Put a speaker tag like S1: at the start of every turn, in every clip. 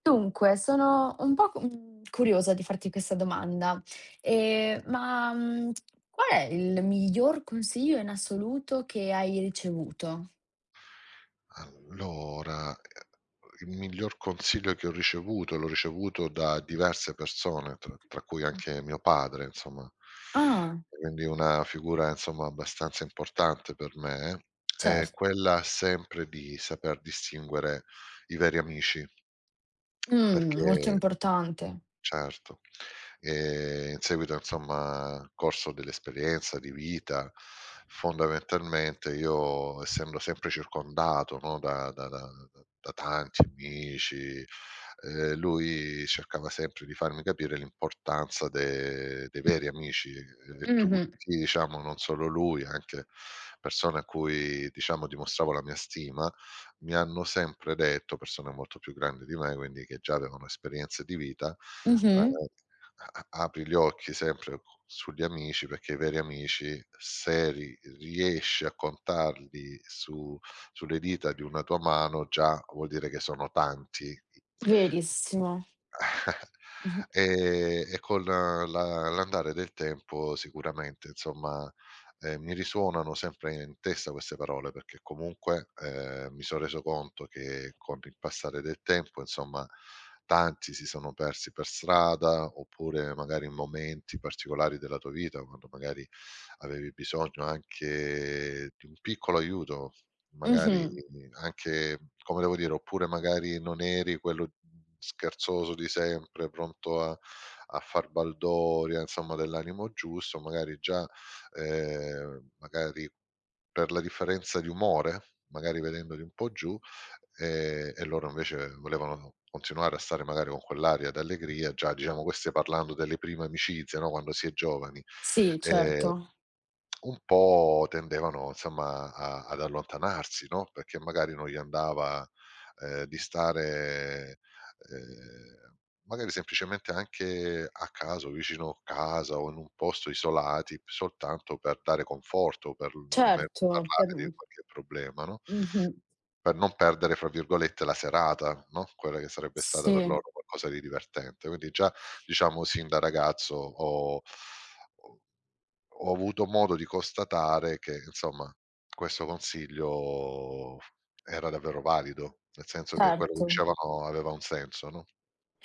S1: Dunque, sono un po' curiosa di farti questa domanda, ma, qual è il miglior consiglio in assoluto che hai ricevuto?
S2: Allora, il miglior consiglio che ho ricevuto, l'ho ricevuto da diverse persone, tra cui anche mio padre, insomma,
S1: Ah,
S2: quindi una figura, insomma, abbastanza importante per me, è
S1: cert
S2: quella sempre di saper distinguere i veri amici, perché.
S1: molto importante.
S2: Certo. In seguito insomma, corso dell'esperienza di vita, fondamentalmente io essendo sempre circondato, no, da tanti amici, lui cercava sempre di farmi capire l'importanza de dei veri amici e tutti
S1: Mh-mh,
S2: diciamo, non solo lui, anche persone a cui diciamo dimostravo la mia stima, mi hanno sempre detto, persone molto più grandi di me, quindi che già avevano esperienze di vita.
S1: mh-mh,
S2: Ehm, a a apri gli occhi sempre sugli amici, perché i veri amici se ri riesci a contarli su sulle dita di una tua mano, già vuol dire che sono tanti.
S1: verissimo.
S2: L'andare del tempo sicuramente insomma, mi risuonano sempre in testa queste parole, perché comunque, mi son reso conto che con il passare del tempo, insomma, tanti si sono persi per strada, oppure magari in momenti particolari della tua vita, quando magari avevi bisogno anche di un piccolo aiuto. Magari
S1: Mh-mh,
S2: anche, come devo dire, oppure magari non eri quello scherzoso di sempre, pronto a far baldoria, insomma dell'animo giusto, magari già, magari per la differenza di umore, magari vedendoli un po' giù, e loro invece volevano continuare a stare magari con quell'aria d'allegria. Già, diciamo, questo stai parlando delle prime amicizie, no, quando si è giovani.
S1: sì
S2: Ehm
S1: certo,
S2: un po' tendevano insomma a ad allontanarsi, no, perché magari non gli andava, di stare, ehm, magari semplicemente anche a caso, vicino casa o in un posto isolati, p soltanto per dare conforto, per non me
S1: certo,
S2: parlare di qualche problema, no,
S1: mh-mh,
S2: per non perdere, fra virgolette, "la serata", no, quella che sarebbe stata per
S1: sì,
S2: loro qualcosa di divertente. Quindi già, diciamo, sin da ragazzo ho ho avuto modo di constatare che, insomma, questo consiglio era davvero valido, nel senso che quello che
S1: certo.
S2: dicevano aveva un senso, no.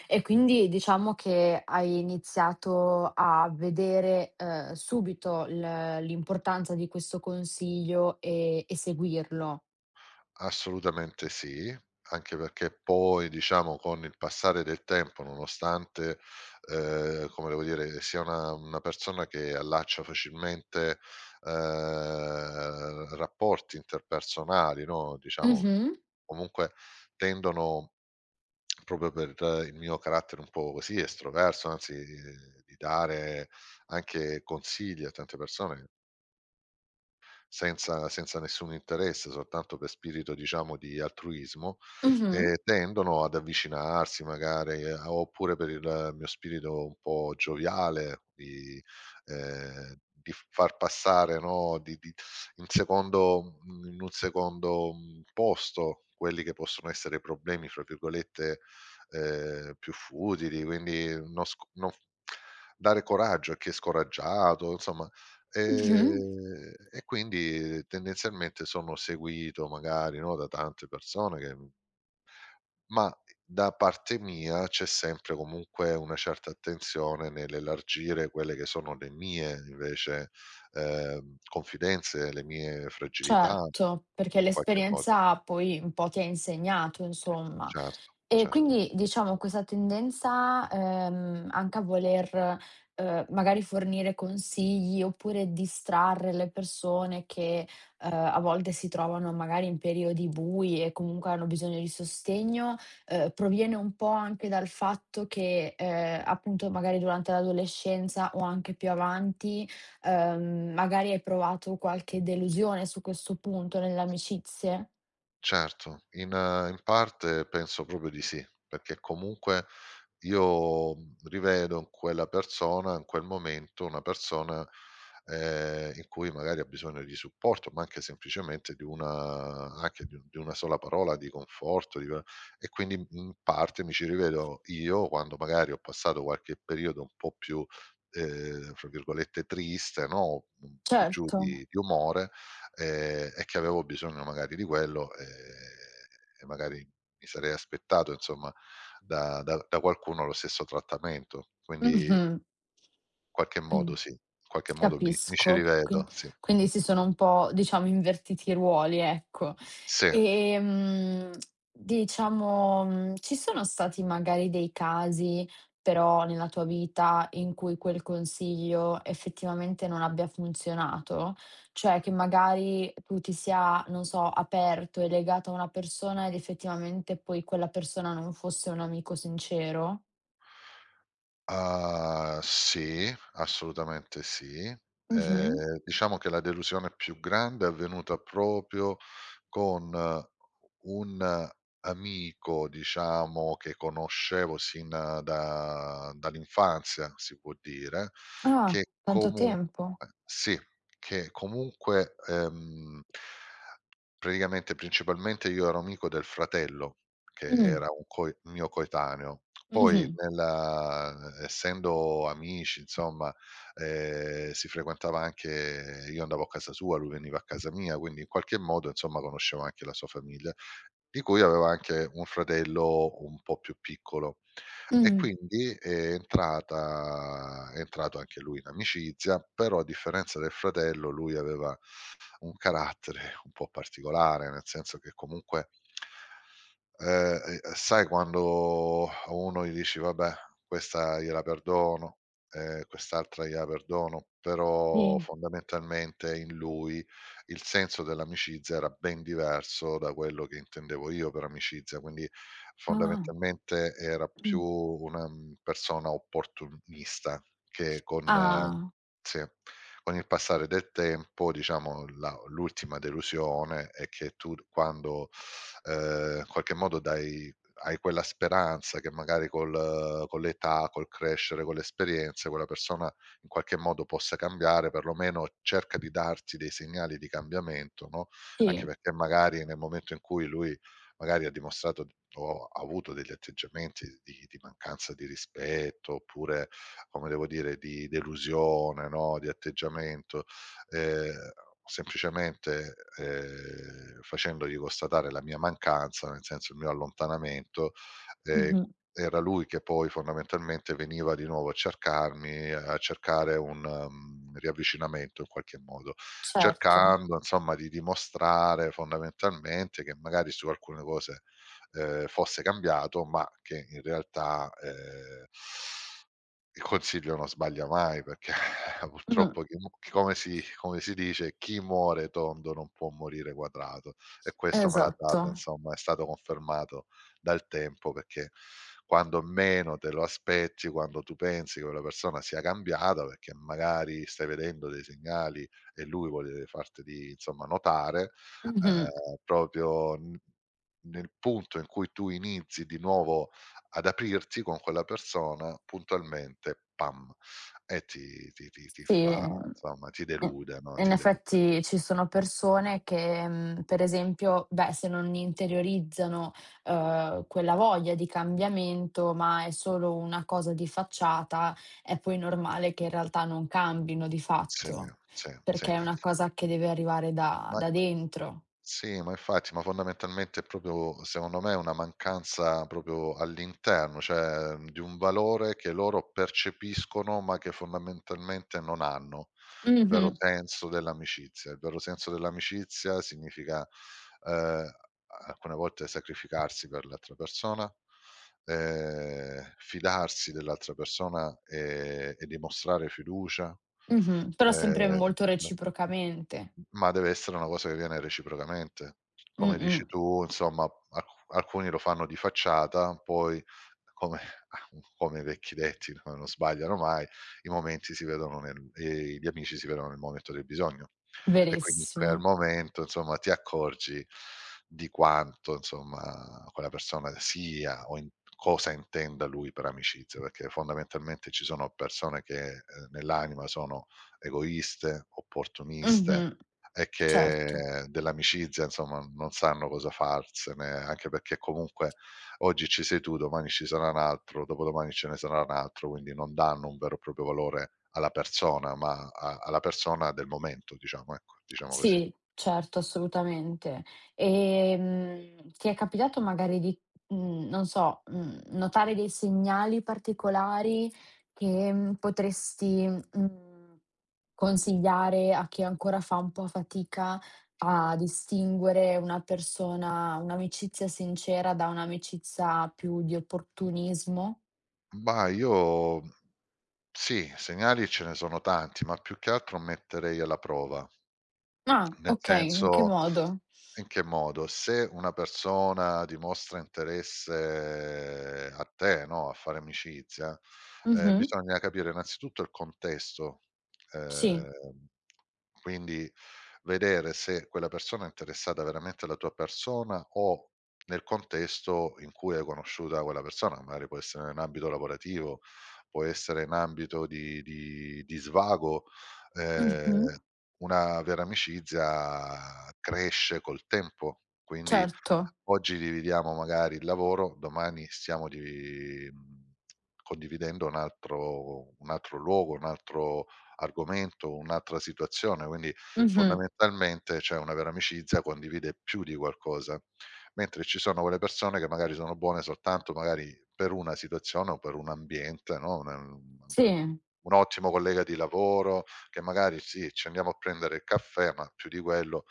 S1: E quindi diciamo che hai iniziato a vedere, subito l'importanza di questo consiglio e seguirlo.
S2: Assolutamente sì, anche perché poi, diciamo, con il passare del tempo, nonostante, come devo dire, sia una persona che allaccia facilmente, rapporti interpersonali, no, diciamo,
S1: Mh-mh,
S2: comunque tendono. Proprio per il mio carattere un po' così estroverso, anzi, di dare anche consigli a tante persone, senza nessun interesse, soltanto per spirito diciamo di altruismo,
S1: mh-mh,
S2: tendono ad avvicinarsi magari a oppure per il mio spirito un po' gioviale ehm, di far passare, no, di in secondo mhmm, in un secondo, posto quelli che possono essere i "problemi" fra virgolette, più futili, quindi non sc non f dare coraggio a chi è scoraggiato, insomma.
S1: mh-mh,
S2: E quindi tendenzialmente sono seguito magari, no, da tante persone che, ma da parte mia c'è sempre comunque una certa attenzione nell'elargire quelle che sono le mie invece, confidenze, le mie fragilità
S1: certo,
S2: in
S1: perché
S2: qualche modo.
S1: l'esperienza poi un po' ti ha insegnato, insomma.
S2: Certo,
S1: E
S2: certo.
S1: quindi diciamo questa tendenza, anche a voler, magari fornire consigli oppure distrarre le persone che, a volte si trovano magari in periodi bui e comunque hanno bisogno di sostegno, proviene un po' anche dal fatto che, appunto magari durante l'adolescenza o anche più avanti, magari hai provato qualche delusione su questo punto nelle amicizie?
S2: Certo, in parte penso proprio di sì, perché comunque io, rivedo in quella persona, in quel momento, una persona, in cui magari ha bisogno di supporto, ma anche semplicemente di una sola parola di conforto, di va, e quindi in parte mi ci rivedo io quando magari ho passato qualche periodo un po' più, fra virgolette "triste", no, più giù
S1: Certo.
S2: di umore. E che avevo bisogno magari di quello, e magari mi sarei aspettato insomma da qualcuno lo stesso trattamento. Quindi
S1: Mh-mh.
S2: in qualche
S1: Mh.
S2: modo sì, in qualche modo mi ci
S1: Capisco. Quin
S2: rivedo, sì.
S1: quindi si sono un po', diciamo, invertiti i ruoli, ecco.
S2: Sì.
S1: Ehm, diciamo, ci sono stati magari dei casi, però, nella tua vita in cui quel consiglio effettivamente non abbia funzionato? Cioè, che magari tu ti sia, non so, aperto e legato a una persona ed effettivamente poi quella persona non fosse un amico sincero?
S2: Ah, sì, assolutamente sì.
S1: Mh-mh.
S2: Diciamo che la delusione più grande è avvenuta proprio con un amico, diciamo, che conoscevo sin da dall'infanzia, si può dire,
S1: Ah,
S2: che
S1: tanto
S2: comunque
S1: tempo.
S2: sì, che comunque, praticamente, principalmente io ero amico del fratello, che
S1: Mh.
S2: era un coe mio coetaneo. Poi
S1: Mh-mh.
S2: nella essendo amici insomma, si frequentava, anche io andavo a casa sua, lui veniva a casa mia, quindi in qualche modo insomma conoscevo anche la sua famiglia, di cui aveva anche un fratello un po' più piccolo. E
S1: Mh,
S2: quindi è entrato anche lui in amicizia, però a differenza del fratello lui aveva un carattere un po' particolare, nel senso che comunque, e sai quando a uno gli dici: "Vabbè, questa gliela perdono, quest'altra gliela perdono", però
S1: sì.
S2: fondamentalmente in lui il senso dell'amicizia era ben diverso da quello che intendevo io per amicizia, quindi
S1: Ah,
S2: fondamentalmente era più
S1: mh.
S2: una, persona opportunista che con
S1: Ah,
S2: sì. Con il passare del tempo, diciamo, la l'ultima delusione è che tu d quando, in qualche modo dai hai quella speranza che magari col con l'età, col crescere, con l'esperienza, quella persona in qualche modo possa cambiare, perlomeno cerca di darti dei segnali di cambiamento, no, anche
S1: sì.
S2: perché magari nel momento in cui lui magari ha dimostrato o ha avuto degli atteggiamenti di mancanza di rispetto, oppure come devo dire, di delusione, no, di atteggiamento, ehm, semplicemente, facendogli constatare la mia mancanza, nel senso il mio allontanamento, ehm,
S1: Mh-mh.
S2: era lui che poi fondamentalmente veniva di nuovo a cercarmi, a cercare un riavvicinamento in qualche modo,
S1: Certo.
S2: cercando insomma di dimostrare fondamentalmente che magari su alcune cose, fosse cambiato, ma che in realtà, il consiglio non sbaglia mai perché
S1: Mh,
S2: purtroppo come si dice: "Chi muore tondo non può morire quadrato", e questo me l'ha dato
S1: esatto.
S2: insomma, è stato confermato dal tempo perché quando meno te lo aspetti, quando tu pensi che quella persona sia cambiata, perché magari stai vedendo dei segnali e lui vuole farteli insomma notare,
S1: Mh-mh.
S2: proprio n nel punto in cui tu inizi di nuovo ad aprirti con quella persona, puntualmente pam, e ti
S1: Sì,
S2: fa insomma, ti
S1: i
S2: delude, no,
S1: in
S2: ti delude.
S1: effetti ci sono persone che, per esempio, beh, se non interiorizzano, quella voglia di cambiamento, ma è solo una cosa di facciata, è poi normale che in realtà non cambino di
S2: Sì,
S1: fatto,
S2: sì, sì.
S1: perché è una cosa che deve arrivare da
S2: Ma
S1: da dentro.
S2: Sì, ma infatti, ma fondamentalmente è proprio, secondo me, una mancanza proprio all'interno, cioè di un valore che loro percepiscono, ma che fondamentalmente non hanno. Il vero
S1: Mh-mh.
S2: senso dell'amicizia. Il vero senso dell'amicizia significa, ehm, alcune volte sacrificarsi per l'altra persona, fidarsi dell'altra persona e dimostrare fiducia.
S1: Mh-mh, però sempre
S2: Ehm
S1: molto reciprocamente.
S2: ma deve essere una cosa che viene reciprocamente. Come
S1: Mh-mh,
S2: dici tu, insomma, alcuni lo fanno di facciata, poi come come i vecchi detti, no, non sbagliano mai, i momenti si vedono nel gli amici si vedono nel momento del bisogno. E quindi in quel
S1: verissimo.
S2: momento, insomma, ti accorgi di quanto, insomma, quella persona sia o in cosa intenda lui per amicizia, perché fondamentalmente ci sono persone che, nell'anima sono egoiste, opportuniste
S1: Mh-mh,
S2: e
S1: certo.
S2: che dell'amicizia, insomma, non sanno cosa farsene, anche perché comunque oggi ci sei tu, domani ci sarà un altro, dopodomani ce ne sarà un altro, quindi non danno un vero e proprio valore alla persona, ma a alla persona del momento, diciamo, ecco, diciamo così.
S1: Sì, certo, assolutamente. Ti è capitato magari di, non so, notare dei segnali particolari che, potresti, consigliare a chi ancora fa un po' fatica a distinguere una persona un'amicizia sincera da un'amicizia più di opportunismo?
S2: Mah, io sì, segnali ce ne sono tanti, ma più che altro metterei alla prova,
S1: Ah,
S2: nel
S1: okay. In che
S2: senso,
S1: modo?
S2: in che modo? Se una persona dimostra interesse a te, no, a fare amicizia,
S1: Mh-mh.
S2: bisogna capire innanzitutto il contesto,
S1: Sì.
S2: ehm quindi vedere se quella persona è interessata veramente alla tua persona o nel contesto in cui hai conosciuta quella persona, magari può essere in ambito lavorativo, può essere in ambito di svago. Ehm,
S1: Mh-mh.
S2: una vera amicizia cresce col tempo, quindi
S1: Certo.
S2: oggi dividiamo magari il lavoro, domani stiamo condividendo un altro luogo, un altro argomento, un'altra situazione, quindi
S1: Mh-mh.
S2: fondamentalmente c'è una vera amicizia, condivide più di qualcosa. Mentre ci sono quelle persone che magari sono buone soltanto magari per una situazione o per un ambiente, no,
S1: Sì.
S2: un ottimo collega di lavoro che magari sì, ci andiamo a prendere il caffè, ma più di quello,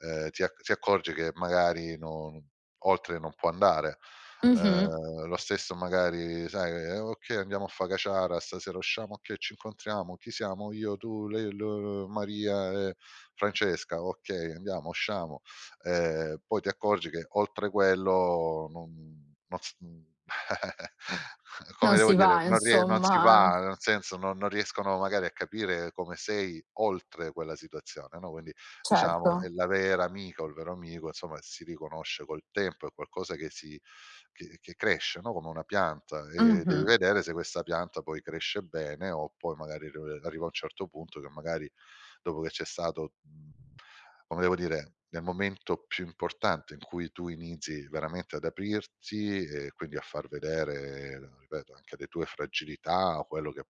S2: ti accorgi che magari non, oltre, non può andare.
S1: Mh-mh.
S2: Lo stesso magari sai, "Okay, andiamo a fa caciara stasera, usciamo, okay, ci incontriamo, chi siamo? Io, tu, lei, lo Maria e Francesca, okay, andiamo, usciamo." Poi ti accorgi che oltre quello non non s come
S1: Non
S2: devo
S1: si
S2: dire,
S1: va
S2: non si
S1: insomma.
S2: va, nel senso non riescono magari a capire come sei oltre quella situazione, no, quindi diciamo è
S1: Certo.
S2: la vera amica o il vero amico, insomma, si riconosce col tempo, è qualcosa che si che cresce, no, come una pianta, e devi
S1: Mh-mh.
S2: vedere se questa pianta poi cresce bene o poi magari r arriva a un certo punto che magari dopo che c'è stato, come devo dire, nel momento più importante in cui tu inizi veramente ad aprirti e quindi a far vedere, ripeto, anche le tue fragilità o quello che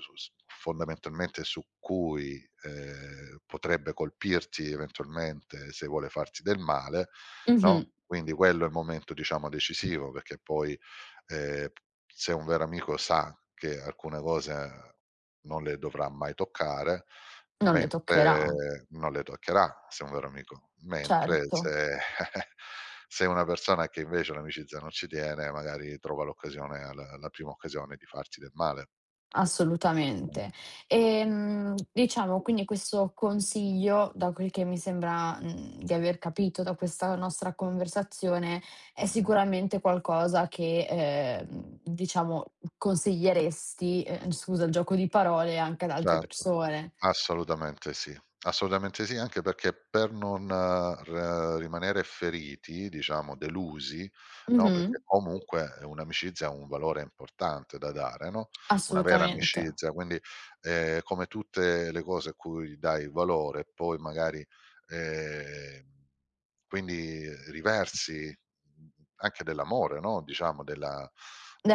S2: su s fondamentalmente su cui, potrebbe colpirti eventualmente se vuole farti del male,
S1: Mh-mh.
S2: no, quindi quello è il momento diciamo decisivo, perché poi, ehm, se un vero amico sa che alcune cose non le dovrà mai toccare,
S1: Non le toccherà.
S2: mentre non le toccherà, se è un vero amico, mentre
S1: Certo.
S2: se se è una persona che invece l'amicizia non ci tiene, magari trova l'occasione al alla prima occasione di farsi del male. Mh.
S1: Assolutamente. Diciamo quindi questo consiglio, da quel che mi sembra, di aver capito da questa nostra conversazione, è
S2: Mh-mh.
S1: sicuramente qualcosa che, diciamo consiglieresti, scusa il gioco di parole, anche ad altre
S2: Certo.
S1: persone.
S2: Assolutamente sì, assolutamente sì, anche perché per non r rimanere feriti, diciamo delusi, no,
S1: Mh-mh,
S2: perché comunque un'amicizia ha un valore importante da dare, no, una vera
S1: assolutamente.
S2: amicizia, quindi, come tutte le cose a cui dai valore, poi magari, ehm, quindi riversi. Mh-mh, anche dell'amore, no, diciamo della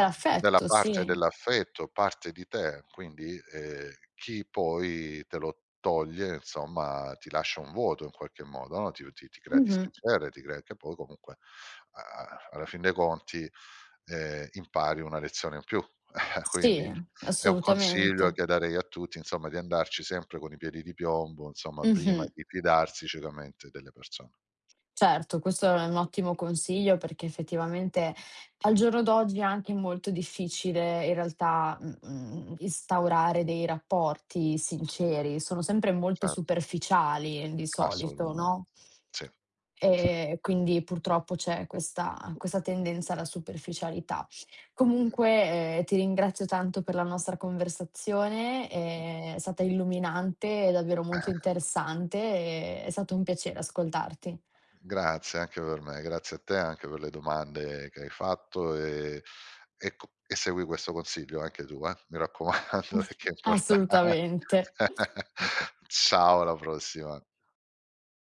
S2: della parte
S1: sì.
S2: dell'affetto, parte di te, quindi, chi poi te lo toglie, insomma, ti lascia un vuoto in qualche modo, no, ti crea
S1: Mh-mh.
S2: dispiacere, ti crea che poi comunque, a a alla fin dei conti, impari una lezione in più.
S1: Sì,
S2: Quindi è un consiglio
S1: assolutamente.
S2: che darei a tutti, insomma, di andarci sempre con i piedi di piombo, insomma, prima
S1: Mh-mh.
S2: di fidarsi ciecamente delle persone.
S1: Certo, questo è un ottimo consiglio perché effettivamente al giorno d'oggi è anche molto difficile in realtà, instaurare dei rapporti sinceri, sono sempre molto
S2: Certo,
S1: superficiali, di solito,
S2: assolutamen
S1: no?
S2: sì. Sì.
S1: Quindi purtroppo c'è questa tendenza alla superficialità. Comunque, ti ringrazio tanto per la nostra conversazione, è stata illuminante e davvero molto interessante e è stato un piacere ascoltarti.
S2: Grazie anche per me, grazie a te, anche per le domande che hai fatto e co e segui questo consiglio anche tu, mi raccomando. perché è importan
S1: Assolutamente.
S2: Ciao, alla prossima.